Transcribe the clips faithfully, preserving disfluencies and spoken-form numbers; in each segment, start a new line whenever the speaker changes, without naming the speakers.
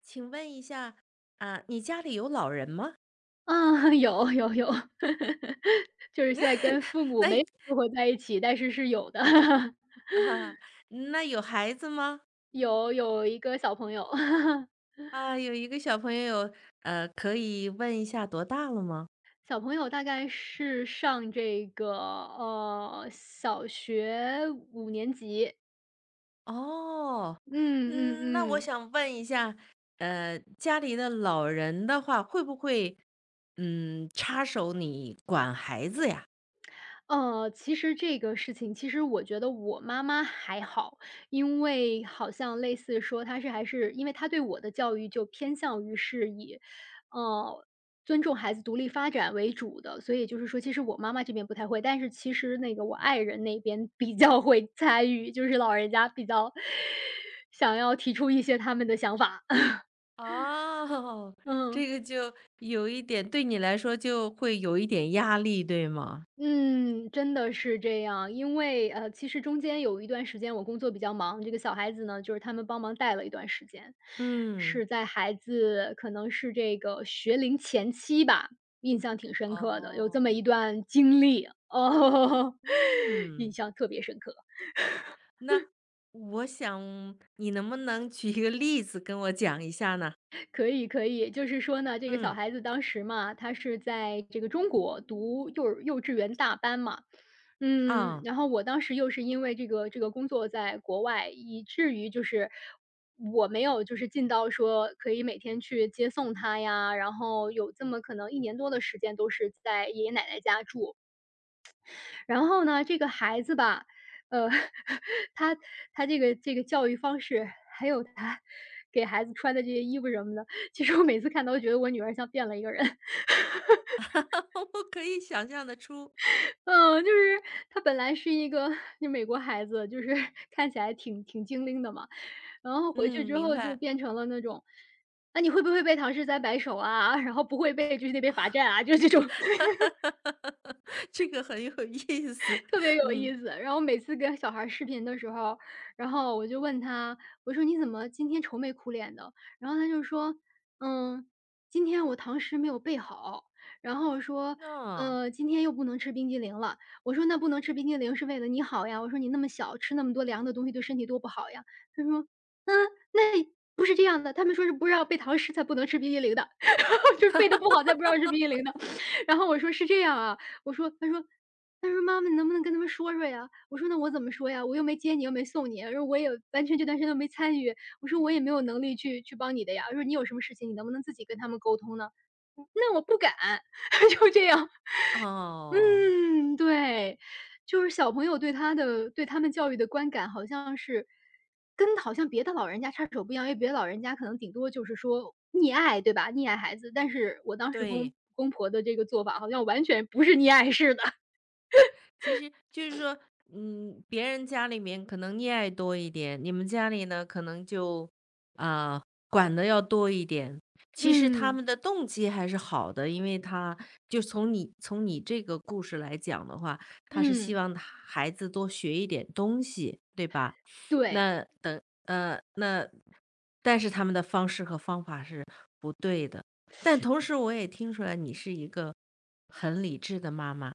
请问一下，啊，你家里有老人吗？
啊，有有有，就是现在跟父母
那
没生活在一起，但是是有的。
啊，那有孩子吗？
有有一个小朋友，
啊，有一个小朋友，呃，可以问一下多大了吗？
小朋友大概是上这个，呃，小学五年级。
哦，
嗯嗯
嗯，那我
嗯。
想问一下，呃，家里的老人的话，会不会，嗯，插手你管孩子呀？
呃，其实这个事情，其实我觉得我妈妈还好，因为好像类似说她是还是因为她对我的教育就偏向于是以，呃，尊重孩子独立发展为主的，所以就是说，其实我妈妈这边不太会，但是其实那个我爱人那边比较会参与，就是老人家比较想要提出一些他们的想法，
哦，
嗯。
这个就有一点，对你来说就会有一点压力，对吗？
嗯，真的是这样。因为，呃，其实中间有一段时间我工作比较忙，这个小孩子呢，就是他们帮忙带了一段时间，
嗯，
是在孩子可能是这个学龄前期吧，印象挺深刻的，有这
哦，
么一段经历，哦，印
嗯。
象特别深刻。
那我想你能不能举一个例子跟我讲一下呢？
可以可以，就是说呢，这个小
嗯，
孩子当时嘛，他是在这个中国读幼儿幼稚园大班嘛。嗯，
啊，
然后我当时又是因为这个这个工作在国外，以至于就是我没有就是尽到说可以每天去接送他呀，然后有这么可能一年多的时间都是在爷爷奶奶家住。然后呢，这个孩子吧，呃，他他这个这个教育方式，还有他给孩子穿的这些衣服什么的，其实我每次看到都觉得我女儿像变了一个人。
我可以想象得出。
嗯，就是她本来是一个就美国孩子，就是 看起来挺挺精灵的嘛，然后回去
嗯，
之
明
后就
白。
变成了那种，啊，你会不会背唐诗三百首啊？然后不会背就是那边罚站啊，就是这种。
这个很有意思。
特别有
嗯，
意思。然后每次跟小孩儿视频的时候，然后我就问他，我说："你怎么今天愁眉苦脸的？"然后他就说："嗯，今天我唐诗没有背好。"然后我说：
那
“呃，今天又不能吃冰激凌了。"我说："那不能吃冰激凌是为了你好呀。"我说："你那么小，吃那么多凉的东西对身体多不好呀。"他说："嗯，那不是这样的，他们说是不让背唐诗才不能吃冰激凌的，就是背的不好才不让吃冰激凌的。然后我说："是这样啊。"我说，他说他说：“妈妈，你能不能跟他们说说呀？"我说："那我怎么说呀？我又没接你，又没送你，然后我也完全这段时间都没参与，我说我也没有能力去去帮你的呀。"我说："你有什么事情，你能不能自己跟他们沟通呢？"嗯那我不敢，就这样。
哦，
嗯，对，就是小朋友对他的对他们教育的观感好像是跟好像别的老人家插手不一样，因为别的老人家可能顶多就是说溺爱，对吧？溺爱孩子，但是我当时公
对。
公婆的这个做法，好像完全不是溺爱式的，
其实就是说，嗯，别人家里面可能溺爱多一点，你们家里呢可能就啊、管的要多一点。其实他
嗯。
们的动机还是好的，因为他就从你从你这个故事来讲的话，他是希
嗯，
望他孩子多学一点东西，对吧？
对，
那等呃那，但是他们的方式和方法是不对的。但同时我也听出来你是一个很理智的妈妈，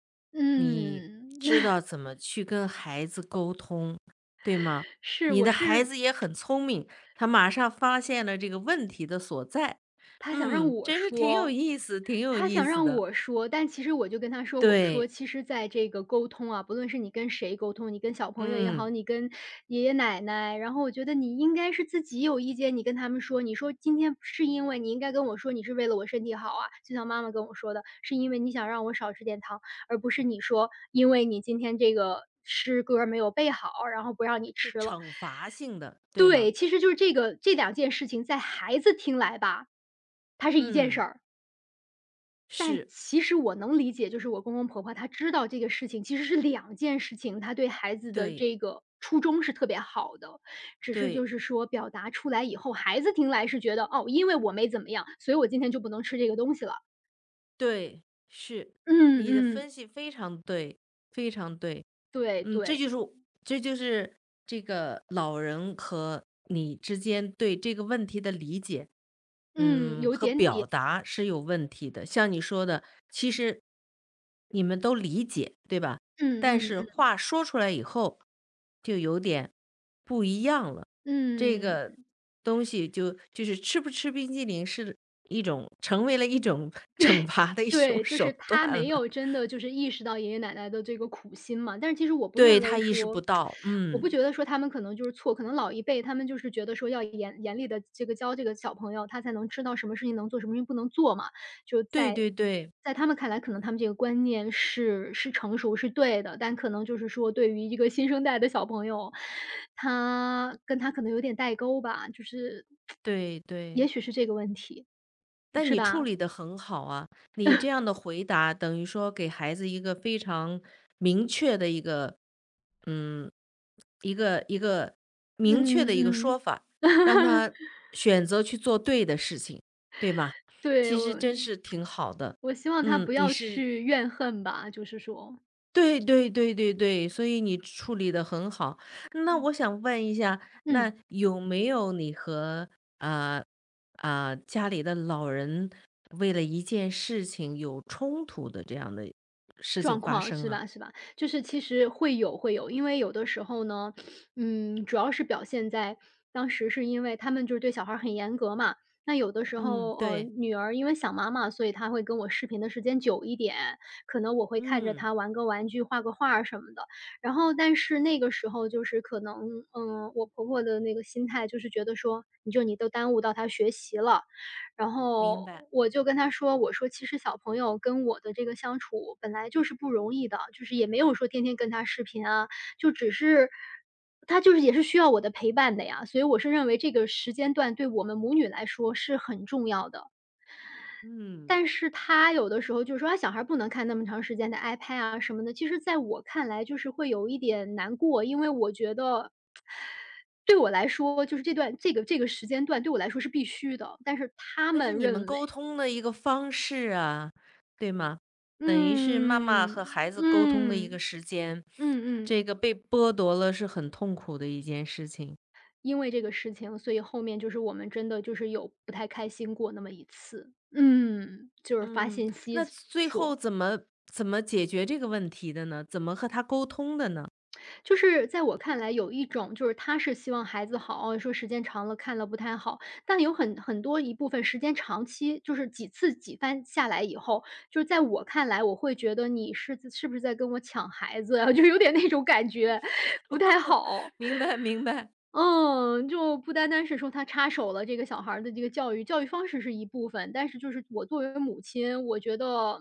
你
嗯，
知道怎么去跟孩子沟通，对吗？
是，
你
我
的孩
是
子也很聪明，他马上发现了这个问题的所在。
他想让
嗯，
我
真是挺有
说，
意思，挺有
他
意
想
思
让
的。
我说，但其实我就跟他说，我说
对，
其实在这个沟通啊，不论是你跟谁沟通，你跟小朋友也好，
嗯，
你跟爷爷奶奶，然后我觉得你应该是自己有意见，你跟他们说，你说今天是因为你应该跟我说，你是为了我身体好啊，就像妈妈跟我说的，是因为你想让我少吃点糖，而不是你说因为你今天这个诗歌没有背好，然后不让你
是
吃了。
惩罚性的，对吗？
对，其实就是这个这两件事情在孩子听来吧，它是一件事
嗯，
儿，但
是，
其实我能理解，就是我公公婆婆他知道这个事情其实是两件事情，他对孩子的
对，
这个初衷是特别好的，只是就
对，
是说表达出来以后，孩子听来是觉得哦，因为我没怎么样，所以我今天就不能吃这个东西了。
对，是，
嗯
你的
嗯，
分析非常对，非常对。
对
嗯，这
对，
就是这就是这个老人和你之间对这个问题的理解，
嗯，
嗯，
有
和
点
表
点，
达是有问题的。像你说的，其实你们都理解，对吧？
嗯
但
嗯
是
嗯。
话说出来以后，就有点不一样了。这
嗯
个东西就就是吃不吃冰激凌是一种成为了一种 惩罚的一种
对，就是
手
他
段
没
了。
有真的就是意识到爷爷奶奶的这个苦心嘛。但是其实我不
对，
认
他
为
意识不
说
到，
我不
嗯，
觉得说他们可能就是错，可能老一辈他们就是觉得说要严严厉的这个教这个小朋友，他才能知道什么事情能做，什么事情不能做嘛。就
对
在
对对。
在他们看来，可能他们这个观念是是成熟是对的，但可能就是说对于一个新生代的小朋友，他跟他可能有点代沟吧，就是
对对，
也许是这个问题，
但
是
你处
吧？
理得很好啊，你这样的回答等于说给孩子一个非常明确的一个，嗯，一个一个明确的一个说
嗯
法，
嗯，
让他 选择去做对的事情，对吧？
对，
其实
我
真是挺好的，
我希望他
嗯，
不
你
要
是
去怨恨吧，就是说，
对对对对对，所以你处理得很好。那
嗯
我想问一下，
嗯。
那有没有你和啊啊家里的老人为了一件事情有冲突的这样的事情
状
发
况，
生
是
啊？
吧是吧？就是其实会有会有，因为有的时候呢，嗯，主要是表现在当时是因为他们就是对小孩儿很严格嘛，那有的时
嗯，
候，呃，
对，
女儿因为想妈妈，所以她会跟我视频的时间久一点，可能我会看着
嗯，
她玩个玩具、画个画儿什么的。然后但是那个时候就是可能，嗯，我婆婆的那个心态就是觉得说，你就你都耽误到她学习了，然
明
后
白，
我就跟他说，我说其实小朋友跟我的这个相处本来就是不容易的，就是也没有说天天跟他视频啊，就只是他就是也是需要我的陪伴的呀，所以我是认为这个时间段对我们母女来说是很重要的。
嗯，
但是他有的时候就是说，啊，小孩儿不能看那么长时间的 iPad 啊什么的。其实在我看来，就是会有一点难过，因为我觉得对我来说，就是这段这个这个时间段对我来说是必须的。但是他
那是
们
你们
认为
沟通的一个方式啊，对吗？等于是妈妈
嗯，
和孩子沟通的一个
嗯，
时间，
嗯嗯，
这个被剥夺了是很痛苦的一件事情。
因为这个事情，所以后面就是我们真的就是有不太开心过那么一次。嗯，就是发
嗯，
信息
那最后
说，
怎么怎么解决这个问题的呢？怎么和他沟通的呢？
就是在我看来有一种就是他是希望孩子好，哦说时间长了看了不太好，但有很很多一部分时间长期就是几次几番下来以后，就是在我看来，我会觉得你是是不是在跟我抢孩子啊，就有点那种感觉，不太 好。
明白明白，
嗯，就不单单是说他插手了这个小孩儿的这个教育，教育方式是一部分，但是就是我作为母亲，我觉得，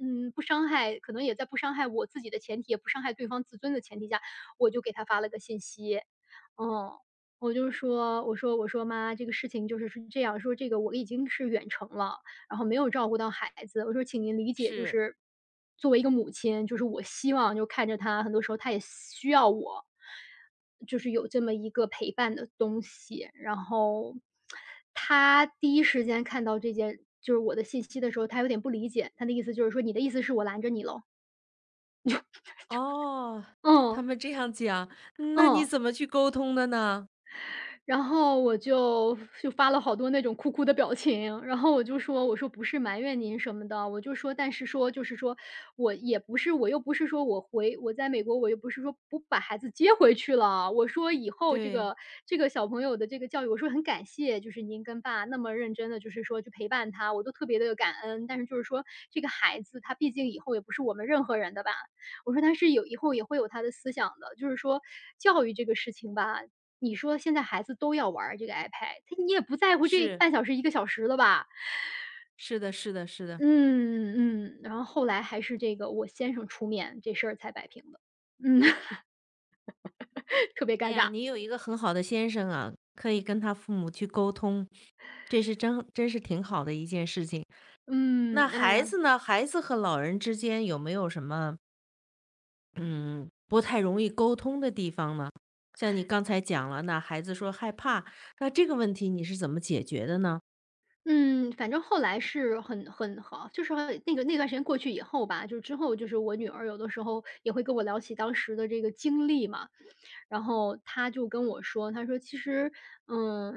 嗯，不伤害，可能也在不伤害我自己的前提，也不伤害对方自尊的前提下，我就给他发了个信息，嗯，我就说，我说，我说妈，这个事情就是是这样，说这个我已经是远程了，然后没有照顾到孩子。我说："请您理解，就
是，
是作为一个母亲，就是我希望就看着他，很多时候他也需要我，就是有这么一个陪伴的东西。"然后他第一时间看到这件就是我的信息的时候，他有点不理解，他的意思就是说："你的意思是我拦着你喽？"
哦，他
嗯，
们这样讲，那你
嗯。
怎么去沟通的呢？
然后我就就发了好多那种哭哭的表情，然后我就说，我说不是埋怨您什么的，我就说，但是说就是说，我也不是，我又不是说我回我在美国，我又不是说不把孩子接回去了，我说以后这
对，
个这个小朋友的这个教育，我说很感谢，就是您跟爸那么认真的，就是说去陪伴他，我都特别的感恩，但是就是说这个孩子他毕竟以后也不是我们任何人的吧，我说他是有以后也会有他的思想的，就是说教育这个事情吧，你说现在孩子都要玩儿这个 iPad，他你也不在乎这
是
半小时、一个小时了吧？
是的，是的，是的。
嗯，嗯，嗯然后后来还是这个我先生出面，这事儿才摆平的。嗯，特别
哎
尴
呀，
尬。
你有一个很好的先生啊，可以跟他父母去沟通，这是真真是挺好的一件事情。那
嗯，哎
孩
呀，
子呢？孩子和老人之间有没有什么嗯，不太容易沟通的地方呢？像你刚才讲了，那孩子说害怕，那这个问题你是怎么解决的呢？
嗯，反正后来是很很好就是很那个那段时间过去以后吧，就是之后就是我女儿有的时候也会跟我聊起当时的这个经历嘛，然后他就跟我说，他说其实，嗯，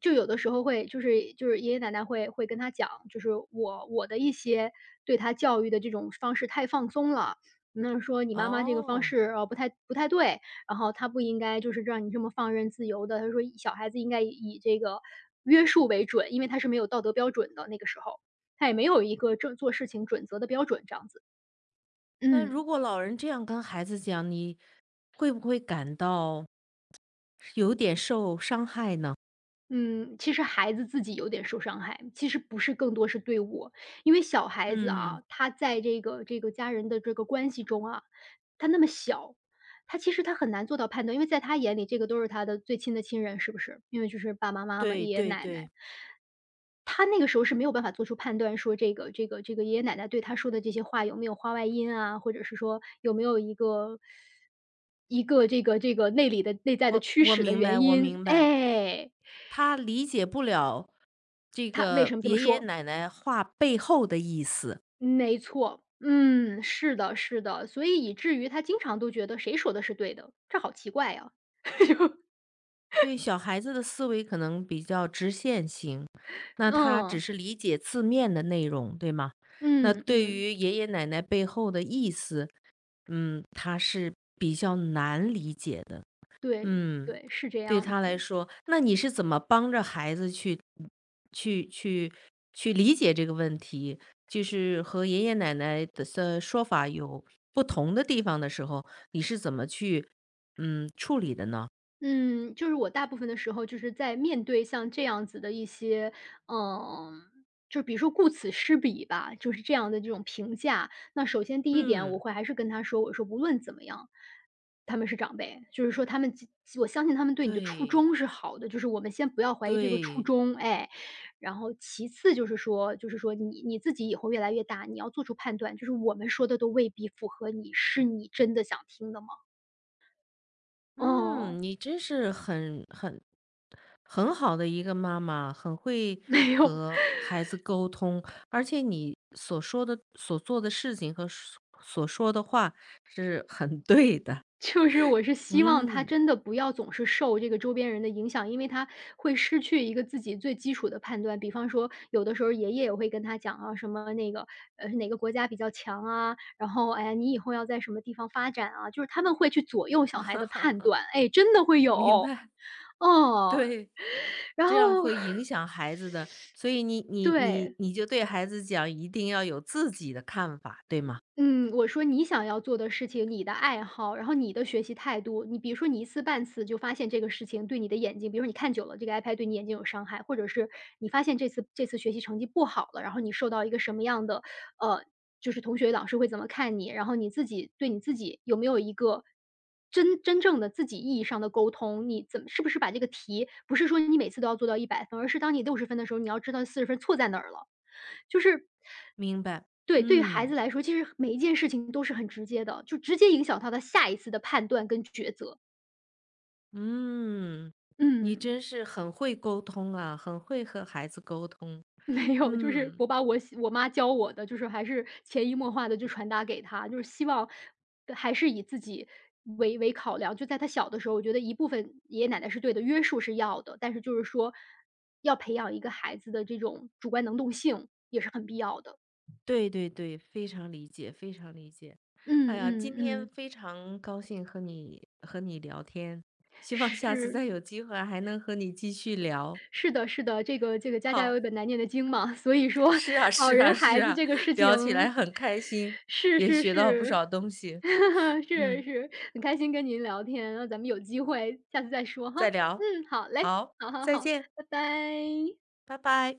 就有的时候会，就是就是爷爷奶奶会会跟他讲，就是我我的一些对他教育的这种方式太放松了，那说你妈妈这个方
哦，
式呃不太不太对，然后他不应该就是让你这么放任自由的，他说小孩子应该以以这个约束为准，因为他是没有道德标准的那个时候，他也没有一个正做事情准则的标准这样子，
那
嗯。
如果老人这样跟孩子讲，你会不会感到有点受伤害呢？
嗯，其实孩子自己有点受伤害，其实不是更多是对我。因为小孩子
嗯，
啊，他在这个这个家人的这个关系中啊，他那么小，他其实他很难做到判断，因为在他眼里这个都是他的最亲的亲人，是不是？因为就是爸爸妈妈、
对
爷爷
对
奶奶，
对，
他那个时候是没有办法做出判断，说这个这个这个爷爷奶奶对他说的这些话有没有话外音啊，或者是说有没有一个一个这个这个内里的内在的
我
驱
我
使的
明白，
原
我
因，
明白，
哎，
他理解不了这
他为什
个
么这么
爷爷
说？
奶奶话背后的意思，
没错，嗯，是的，是的，所以以至于他经常都觉得谁说的是对的，这好奇怪呀。
对，小孩子的思维可能比较直线型，那他只
嗯，
是理解字面的内容，对吗？那
嗯
对
嗯，
于爷爷奶奶背后的意思，嗯，他是比较难理解的。
对
嗯，
对，是这
对
样
他来
子。
说，那你是怎么帮着孩子去去去去理解这个问题？就是和爷爷奶奶的的说法有不同的地方的时候，你是怎么去嗯处理的呢？
嗯，就是我大部分的时候就是在面对像这样子的一些，嗯，就比如说“顾此失彼”吧，就是这样的这种评价。那首先第一点，我
嗯。
会还是跟他说，我说无论怎么样，他们是长辈，就是说他们即我相信他们对你的初
对，
衷是好的，就是我们先不要怀疑这个初
对，
衷，哎。然后其次就是说，就是说你你自己以后越来越大，你要做出判断，就是我们说的都未必符合你，是你真的想听的吗？哦，
嗯，你真是很很很好的一个妈妈，很会
没有。
和孩子沟通，而且你所说的、所做的事情和所所说的话是很对的。
就是我是希望他
嗯，
真的不要总是受这个周边人的影响，因为他会失去一个自己最基础的判断。比方说，有的时候爷爷也会跟他讲啊，什么那个呃哪个国家比较强啊，然后哎呀你以后要在什么地方发展啊，就是他们会去左右小孩的判断，哎，真的会
明
有，
白，
哦，
对，
然后
这样 会影响孩子的，所以你你
对，
你你就对孩子讲，一定要有自己的看法，对吗？
嗯，我说你想要做的事情，你的爱好，然后你的学习态度，你比如说你一次半次就发现这个事情对你的眼睛，比如说你看久了这个 iPad 对你眼睛有伤害，或者是你发现这次这次学习成绩不好了，然后你受到一个什么样的，呃，就是同学老师会怎么看你，然后你自己对你自己有没有一个真真正的自己意义上的沟通，你怎么是不是把这个题不是说你每次都要做到一百分，而是当你六十分的时候，你要知道四十分错在哪儿了。就是
明白，
对，对于孩
嗯。
子来说，其实每一件事情都是很直接的，就直接影响到他下一次的判断跟抉择。
嗯，你
嗯。
真是很会沟通啊，很会和孩子沟通。
没有，就是
嗯，
我把我喜我妈教我的，就是还是潜移默化的就传达给他，就是希望还是以自己为为考量。就在他小的时候，我觉得一部分爷爷奶奶是对的，约束是要的，但是就是说要培养一个孩子的这种主观能动性也是很必要的。
对对对，非常理解，非常理解。哎
嗯
呀，今
嗯
天
嗯。
非常高兴和你和你聊天，希望下次再
是。
有机会还能和你继续聊。
是的，是的，这个这个家家有
好，
一本难念的经嘛，所以说
是啊，
老
是啊，
人
是
孩子
啊，
这个事
聊起来
情，
很开心，
是
也
是
学到不
是，
少东西。
是
嗯，
是，很开心跟您聊天，那咱们有机会下次再说哈。
再聊。
嗯，好嘞，
好，
好好
再
好，
见，
拜拜。
拜拜。